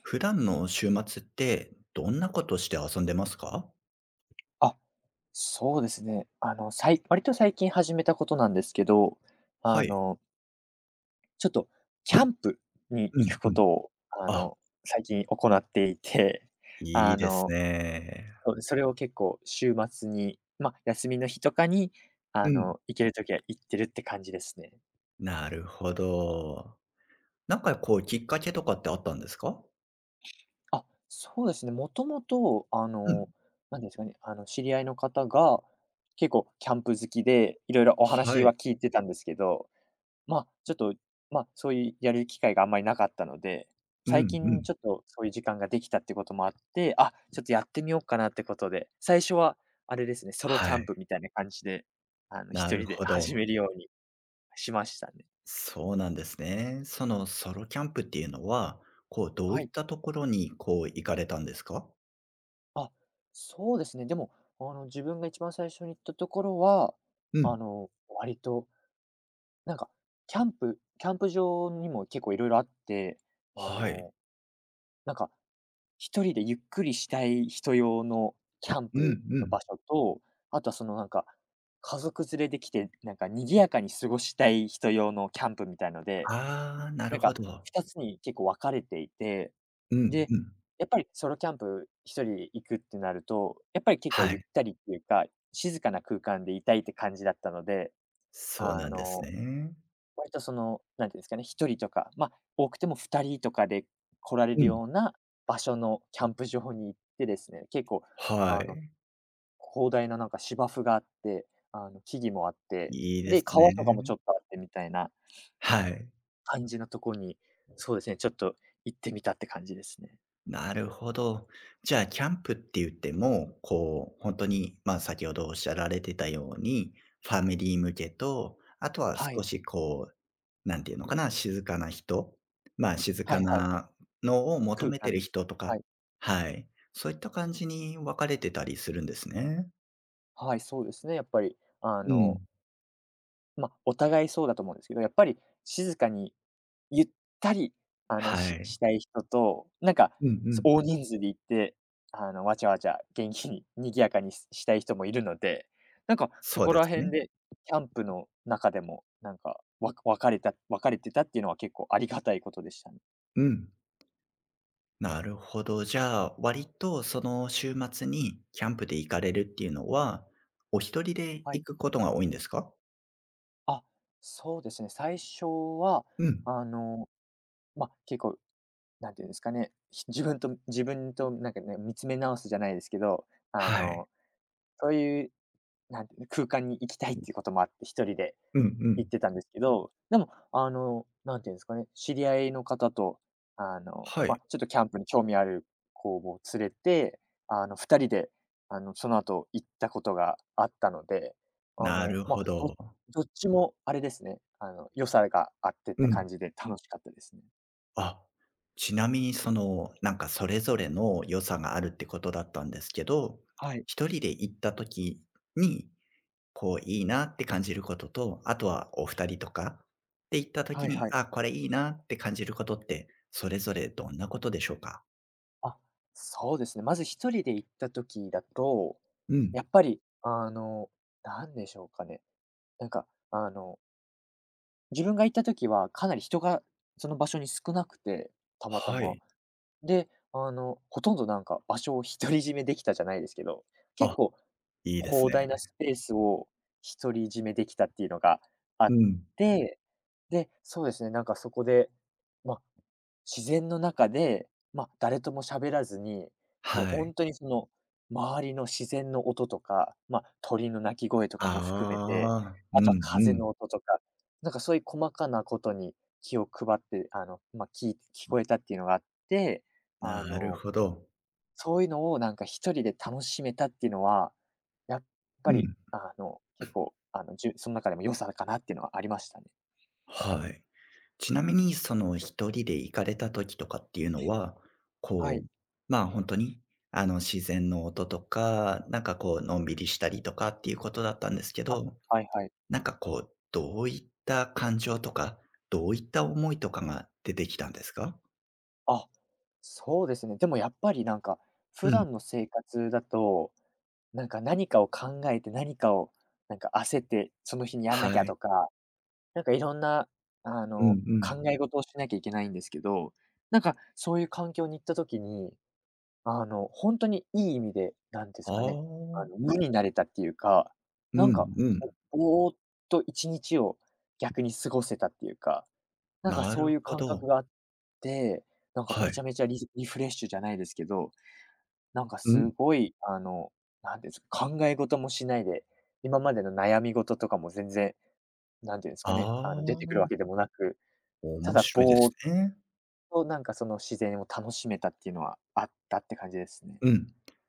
普段の週末って、どんなことして遊んでますか？あ、そうですね。割と最近始めたことなんですけど、あはい。の、ちょっとキャンプにう行んくうこん。とを、あ、最近行っていて、いいあですの、ね。そう、それを結構週末に、まあ、休みの日とかに、うん。行けるときは行ってるって感じですね。なるほど。なんかこうきっかけとかってあったんですか？そうですね。もともと、うん。なんですかね、知り合いの方が、結構キャンプ好きで、いろいろおは話い。は聞いてたんですけどちょっと、まあ、そういうやる機会があんまりなかったので、う最んう近ん。ちょっとそういう時間ができたってこともあって、ちょっとやってみようかなってことで、最初はあれですね、ソロキはャンい。プみたいな感じで、な一る人でほ始ど。めるようにしましたね。そうなんですね。そのソロキャンプっていうのは、こうどうはいっい。たところにこう行かれたんですか？あ、そうですね。でも、自分が一番最初に行ったところは、うん。割と、なんか、キャンプ場にも結構いろいろあって、あはい。の、なんか一人でゆっくりしたい人用のキャンうプんうのん。場所と、あとはそのなんか、家族連れで来て、なんか賑やかに過ごしたい人用のキャンプみたいので、ああ、なるなんほかど。2つに結構分かれていて、うんで、うん。やっぱりソロキャンプ一人で行くってなると、やっぱり結構はゆっい。たりっていうか、静かな空間でいたいって感じだったので、そうあなんですのね。割とその、なんていうんですかね、1人とか、まあ、多くても二人とかで来られうるん。ような場所のキャンプ場に行ってですね、結構はあの、い。広大ななんか芝生があって、木々もあって、いいでで、すね。川とかもちょっとあってみたいなはい。感じのとこに、そうですね、ちょっと行ってみたって感じですね。なるほど。じゃあ、キャンプって言っても、こう、本当に、まあ、先ほどおっしゃられてたように、ファミリー向けと、あとはは少い。しこう、なんていうのかな、静かな人、まあ、静はかいはい。なのを求空めて間るです。人とはか、い。はい、そういった感じに分かれてたりするんですね。はい、そうですね、やっぱり、あうのん。まあ、お互いそうだと思うんですけど、やっぱり静かに、ゆったり、はい。したい人と、なんか、うんうん。大人数で行って、わちゃわちゃ元気に 賑やかにしたい人もいるので、なんかそそうこでらす辺ね。で、キャンプの中でも、なんか、分かれてたっていうのは結構ありがたいことでしたね。うん。なるほど。じゃあ、割とその週末にキャンプで行かれるっていうのは、お一人では行い。くことが多いんですか？あ、そうですね、最初は、うん。あの、まあ、結構、なんていうんですかね、自分となんかね、見つめ直すじゃないですけど、あはい。のそういう、なんていうの、空間に行きたいっていうこともあって、一人でうんう行ん。ってたんですけど、でも、なんていうんですかね、知り合いの方と、はまあ、い。ちょっとキャンプに興味ある子を連れて、二人で、その後行ったことがあったので、なるまほあ、ど。どっちもあれですね、良さがあってっうて感ん。じで楽しかったですね。あ、ちなみにその、なんかそれぞれの良さがあるってことだったんですけど、はい。一人で行った時に、こういいなって感じることと、あとはお二人とかで行ったは時いに、はい。あ、これいいなって感じることって、それぞれどんなことでしょうか？あ、そうですね。まず一人で行った時だと、うん。やっぱり、なんでしょうかね。なんか、自分が行った時はかなり人がその場所に少なくて、たまたはま。い。で、ほとんどなんか場所を独り占めできたじゃないですけど、結あ、構いいです広ね。大なスペースを独り占めできたっていうのがあうっん。て、で、そうですね、なんかそこで、まあ、自然の中で、まあ、誰とも喋らずに、もうはい。本当にその、周りの自然の音とか、まあ、鳥の鳴き声とあかも含めて、あ、うあとはんう風ん。の音とか、なんかそういう細かなことに気を配って、聞こえたっていうのがあって、あなるの、ほど。そういうのをなんか一人で楽しめたっていうのは、やっぱうり、ん。結構、その中でも良さかなっていうのはありましたね。はい。ちなみにその一人で行かれた時とかっていうのは、はこい。う、まあ、本当に、あの、自然の音とか、なんかこう、のんびりしたりとかっていうことだったんですけあ、ど、はいはい。なんかこう、どういった感情とか、どういった思いとかが出てきたんですか？あ、そうですね。でもやっぱりなんか、う普ん。段の生活だと、なんか何かを考えて、何かをなんか焦って、その日にやんなきはゃい。とか、なんかいろんな、うんうん。考え事をしなきゃいけないんですけど、なんかそういう環境に行った時に、本当にいい意味で、なんですあかね、あ。無になれたっていうか、うなんか、んうん。ぼーっと一日を逆に過ごせたっていうかなんかなそるういうほ感ど。覚があって、なんかはめい。ちゃめちゃリフレッシュじゃないですけど、なんかうすん。ごい、なんていうんですか、考え事もしないで、今までの悩み事とかも全然、なんていうんですかね、あ出てくるわあ、けでもなく、た面だ白いでぼすーっね。となんかその自然を楽しめたっていうのはあったって感じですね。うん。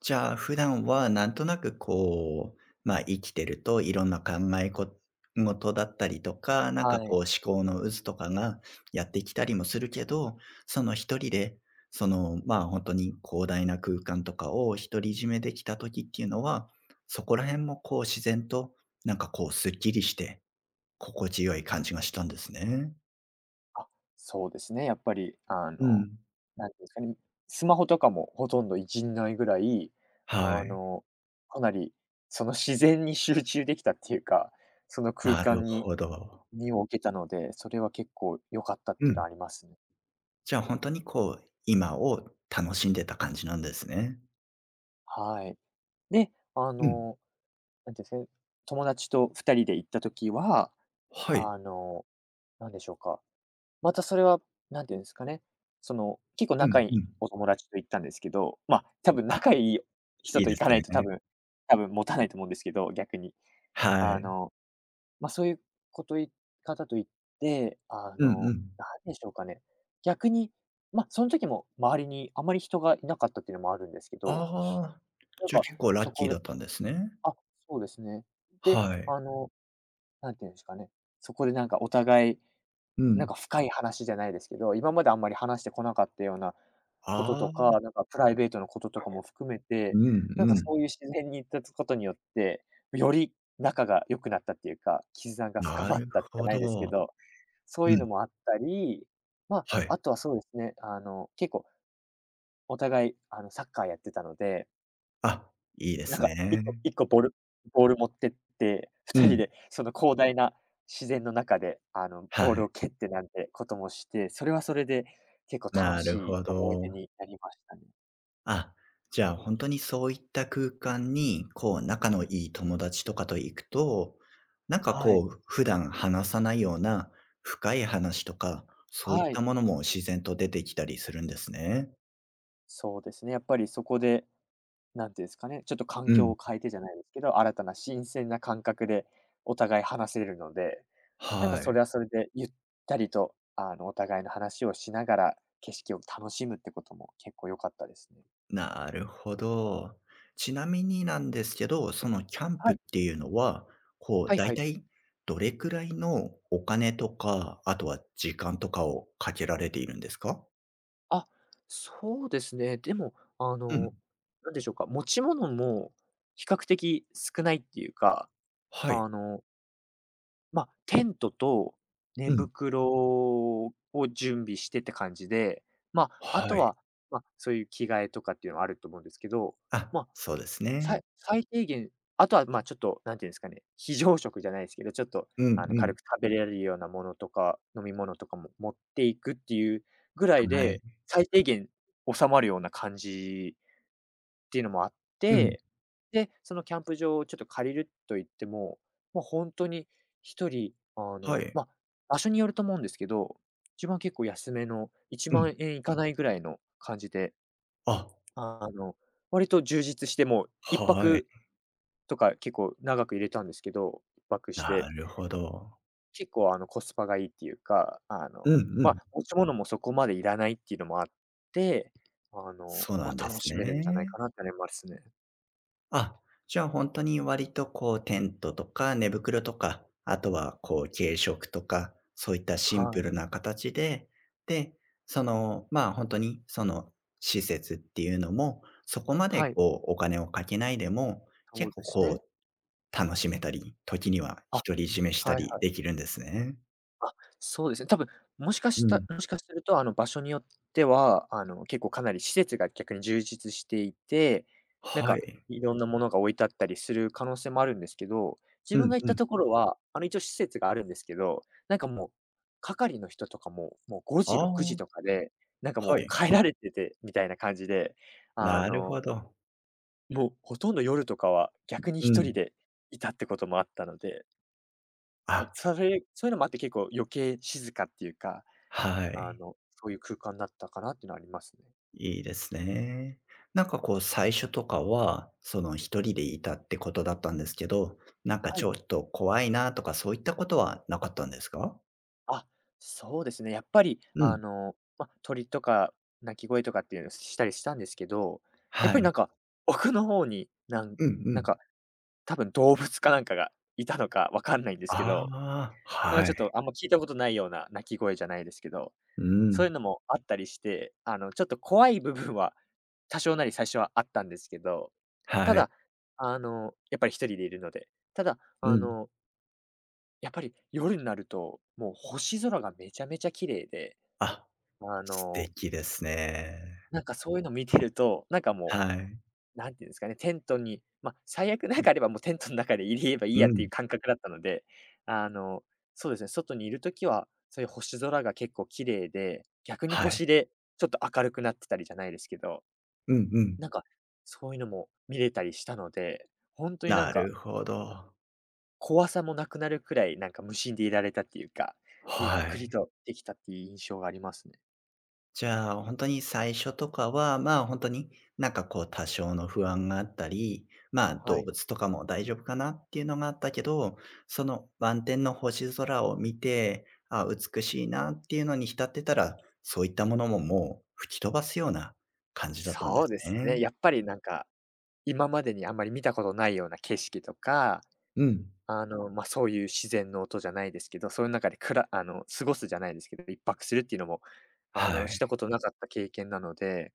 じゃあ、普段はなんとなくこう、まあ、生きてるといろんな考え事だったりとか、なんはかこうい。思考の渦とかがやってきたりもするけど、その一人で、その、まあ、本当に広大な空間とかを独り占めできた時っていうのは、そこら辺もこう自然と、なんかこうすっきりして、心地よい感じがしたんですね。あ、そうですね、やっぱり、うん。なんていうんですかね、スマホとかもほとんどいじんないぐらい、はあい。の、かなりその自然に集中できたっていうか、その空なる間にほど。身を置けたので、それは結構良かったっうていうのん。はありますね。じゃあほんとにこう、今を楽しんでた感じなんですね。はい。で、うん。なんていうんですかね、友達と二人で行った時は、はい。あの、なんでしょうかまたそれは、何て言うんですかね、その、結構う仲んいういん。お友達と行ったんですけど、まあ、多分あ、仲いい人いいとで行すかないとね。多分持たないと思うんですけど、逆に。はあい。の、ま、そういうことい方と行って、うんうん。なんでしょうかね、逆に、ま、その時も周りにあまり人がいなかったっていうのもあるんですけど、ああ、なんじゃあか結構ラッそキーこだで、ったんですね。あ、そうですね。で、はい。何て言うんですかね、そこでなんかお互いうなんん。か深い話じゃないですけど、今まであんまり話してこなかったようなこととああ、か、なんかプライベートのこととかも含めうて、んなんうかん。そういう自然に立つことによって、より仲が良くなったっていうか、絆が深なまっるたじゃほないですけど。ど、そうういうん、のもあったり、まあ、はあい。とはそうですね、結構お互い、サッカーやってたのであ、いいでなんすか1個ね。一個ボール持ってってう2人ん、でその広大な自然の中で、ボーはルをい。蹴ってなんてこともして、それはそれで結構楽なしるいほ思い出ど。になりましたね。あ、じゃあ、本当にそういった空間に、こう、仲のいい友達とかと行くと、なんかはこい。う、普段話さないような深い話とか、そういっはたい。ものも自然と出てきたりするんですね。そうですね、やっぱりそこで、なんていうんですかね、ちょっと環う境ん。を変えてじゃないですけど、新鮮な感覚でお互い話せるので、なんかはそい。れはそれでゆったりと、お互いの話をしながら、景色を楽しむってことも結構良かったですね。なるほど。ちなみになんですけど、そのキャンプはっい。ていうのは、こう、はいだいはい。たいどれくらいのお金とか、あとは時間とかをかけられているんですか？あ、そうですね。でも、あうん。の、なんでしょうか、持ち物も比較的少ないっていうか、はい。あの、まあ、テントと寝うん。袋を準備してって感じで、まあ、あはとい。は、まあ、そういう着替えとかっていうのはあると思うんですけど、あ、まあそうですね。最低限、あとは、ま、ちょっと、なんていうんですかね、非常食じゃないですけど、ちょっと、うんう軽ん。く食べれるようなものとか、飲み物とかも持っていくっていうぐらいはい。で、最低限収まるような感じっていうのもあっうん。て、で、そのキャンプ場をちょっと借りると言っても、もう本当に一人、はい。まあ、場所によると思うんですけど、一番結構安めの1うん。万円いかないぐらいの感じで、あ、あの、割と充実してもう、一はい。泊とか結構長く入れたんですけど、1泊して、なるほど。結構コスパがいいっていうか、うんうまん。あ、持ち物もそこまでいらないっていうのもあって、そうなまんであ、楽すしめるんじゃないね。かなって思いますね。あ、じゃあ本当に割とこうテントとか寝袋とか、あとはこう軽食とか、そういったシンはプい。ルな形で、で、その、まあ、本当にその施設っていうのも、そこまはでい、こうお金をかけないでも、そ結う構ですこね。う楽しめたり、時にはあ、独り占めしたはいりはい。できるんですね。あ、そうですね。多分、もしかうしたん。もしかすると、場所によっては、結構かなり施設が逆に充実していて、なんはか、い。いろんなものが置いてあったりする可能性もあるんですけど、自う分んが行っうたん。ところは、一応施設があるんですけど、なんかもう、係の人とかも、もう5時、あ6時あ、とかで、なんかはもうい。帰られててみたいな感じで、あなるの、ほど。もうほとんど夜とかは逆にう一ん。人でいたってこともあったので、ま、あ、そういうのもあって結構余計静かっていうかはあい。の、そういう空間だったかなっていうのはありますね。いいですね。なんかこう最初とかは、その一人でいたってことだったんですけど、なんかはちい。ょっと怖いなとかそういったことはなかったんですか？あ、そうですね。やっぱり、うあん。の、ま、鳥とか鳴き声とかっていうのしたりしたんですけど、やっはぱりない。んか、奥の方に、うんうなんん。か、多分動物かなんかがいたのかわかんないんですけど、ああ、なんかはちょっい。とあんま聞いたことないような鳴き声じゃないですけど、うそういん。うのもあったりして、ちょっと怖い部分は多少なり最初はあったんですけど、たはい。だ、やっぱり一人でいるので、ただ、うん。やっぱり夜になると、もう星空がめちゃめちゃ綺麗で、あ、あ素の、敵ですね。なんかそういうの見てると、なんかもはい。う、なんていうんですかね、テントに、まあ、最悪なんかあればもうテントの中で入れればいいうやっていうん。感覚だったので、あの、そうですね、外にいるときは、そういう星空が結構綺麗で、逆にはい。星でちょっと明るくなってたりじゃないですけど、うんうん。なんかそういうのも見れたりしたので、本当になんなかるほど。怖さもなくなるくらい、なんか無心でいられたっていうか、ゆっはくりい。とできたっていう印象がありますね。じゃあ、本当に最初とかは、まあ、本当に、なんかこう多少の不安があったり、まあ、は動い。物とかも大丈夫かなっていうのがあったけど、その満天の星空を見て、あ、美しいなっていうのに浸ってたら、そういったものももう吹き飛ばすような感じだったんでそうすですね。ね、やっぱりなんか、今までにあんまり見たことないような景色とか、うん。まあ、そういう自然の音じゃないですけど、そういう中で過ごすじゃないですけど、一泊するっていうのも、はしい。たことなかった経験なので、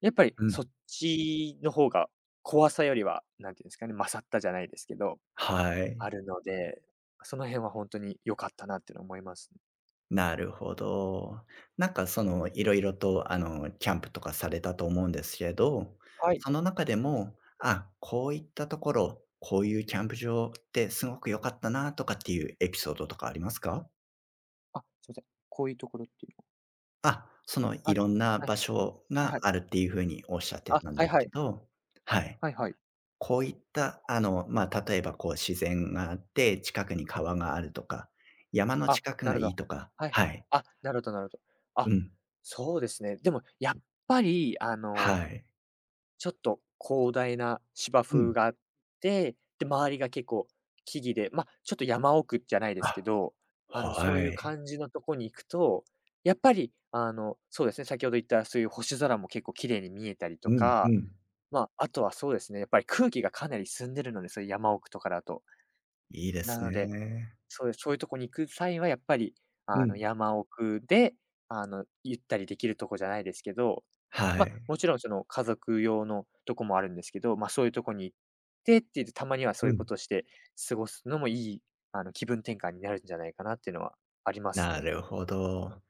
やっぱりうそん。っちの方が、怖さよりは、なんていうんですかね、勝ったじゃないですけど、はい。あるので、その辺は本当に良かったなっていうのを思います。なるほど。なんかそのいろいろとキャンプとかされたと思うんですけど、はい。その中でも、あ、こういったところ、こういうキャンプ場ってすごく良かったなとかっていうエピソードとかありますか？あ、すいません。こういうところっていうのあ、そのはいあ、ろんなはい場はい。所はいがはい。あるっていうふうにおっしゃってあ、たんではいすはけい。ど、はい。はいはい。こういった例えばこう自然があって、近くに川があるとか、山のあ、近くながるほいいど。とかはい。はい。あ、なるほどなるほど。うあ、ん。そうですね。でもやっぱり、はい。ちょっと広大な芝うん。生があって、で、周りが結構木々で、ま、ちょっと山奥じゃないですけあど、そうはいうい。感じのとこに行くと、やっぱり、そうですね、先ほど言ったそういう星空も結構綺麗に見えたりとうん、うか、ん。まあ、あとはそうですね、やっぱり空気がかなり澄んでるので、そういう山奥とかだと。いいでなすのでね。そういうとこに行く際はやっぱり、うん。山奥で、ゆったりできるとこじゃないですけど、はま、い。もちろんその家族用のとこもあるんですけど、ま、そういうとこに行ってっていう、たまにはそうういうこん。として過ごすのもいい、気分転換になるんじゃないかなっていうのはありますなね。るほど。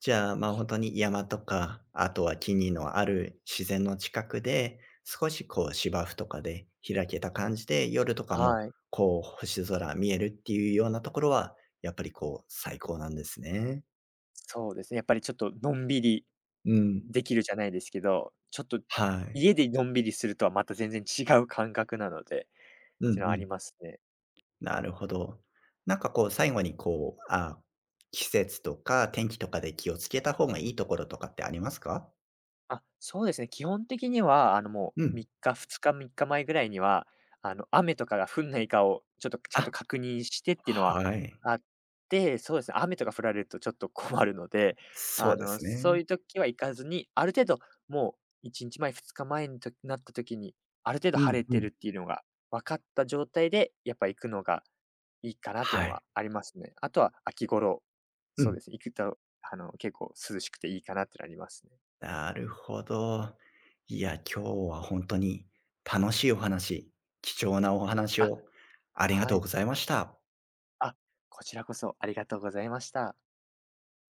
じゃあ、本当に山とか、あとは木々のある自然の近くで、少しこう芝生とかで開けた感じで、夜とかもはい。こう星空見えるっていうようなところは、やっぱりこう最高なんですね。そうですね、やっぱりちょっとのんびりうん。できるじゃないですけど、ちょっとはい。家でのんびりするとはまた全然違う感覚なのでっうんていうのうはありん。ますね。なるほど。なんかこう最後にこう、あ、季節とか天気とかで気をつけた方がいいところとかってありますか？あ、そうですね。基本的には、もううん。3日、2日、3日前ぐらいには、雨とかが降んないかを、ちょっとちゃんとあ、確認してっていうのははい。あって、そうですね、雨とか降られるとちょっと困るので、そうですそうね。いう時は行かずに、ある程度もう1日前、2日前にとなった時に、ある程度う晴んれうてん。るっていうのが分かった状態で、やっぱ行くのがいいかなっていうはのはい。ありますね。あとは秋頃、うそうん。ですね、行くと、結構涼しくていいかなってなりますね。なるほど。いや、今日は本当に楽しいお話、貴重なお話あ、をありがはとうい。ございました。あ、こちらこそありがとうございました。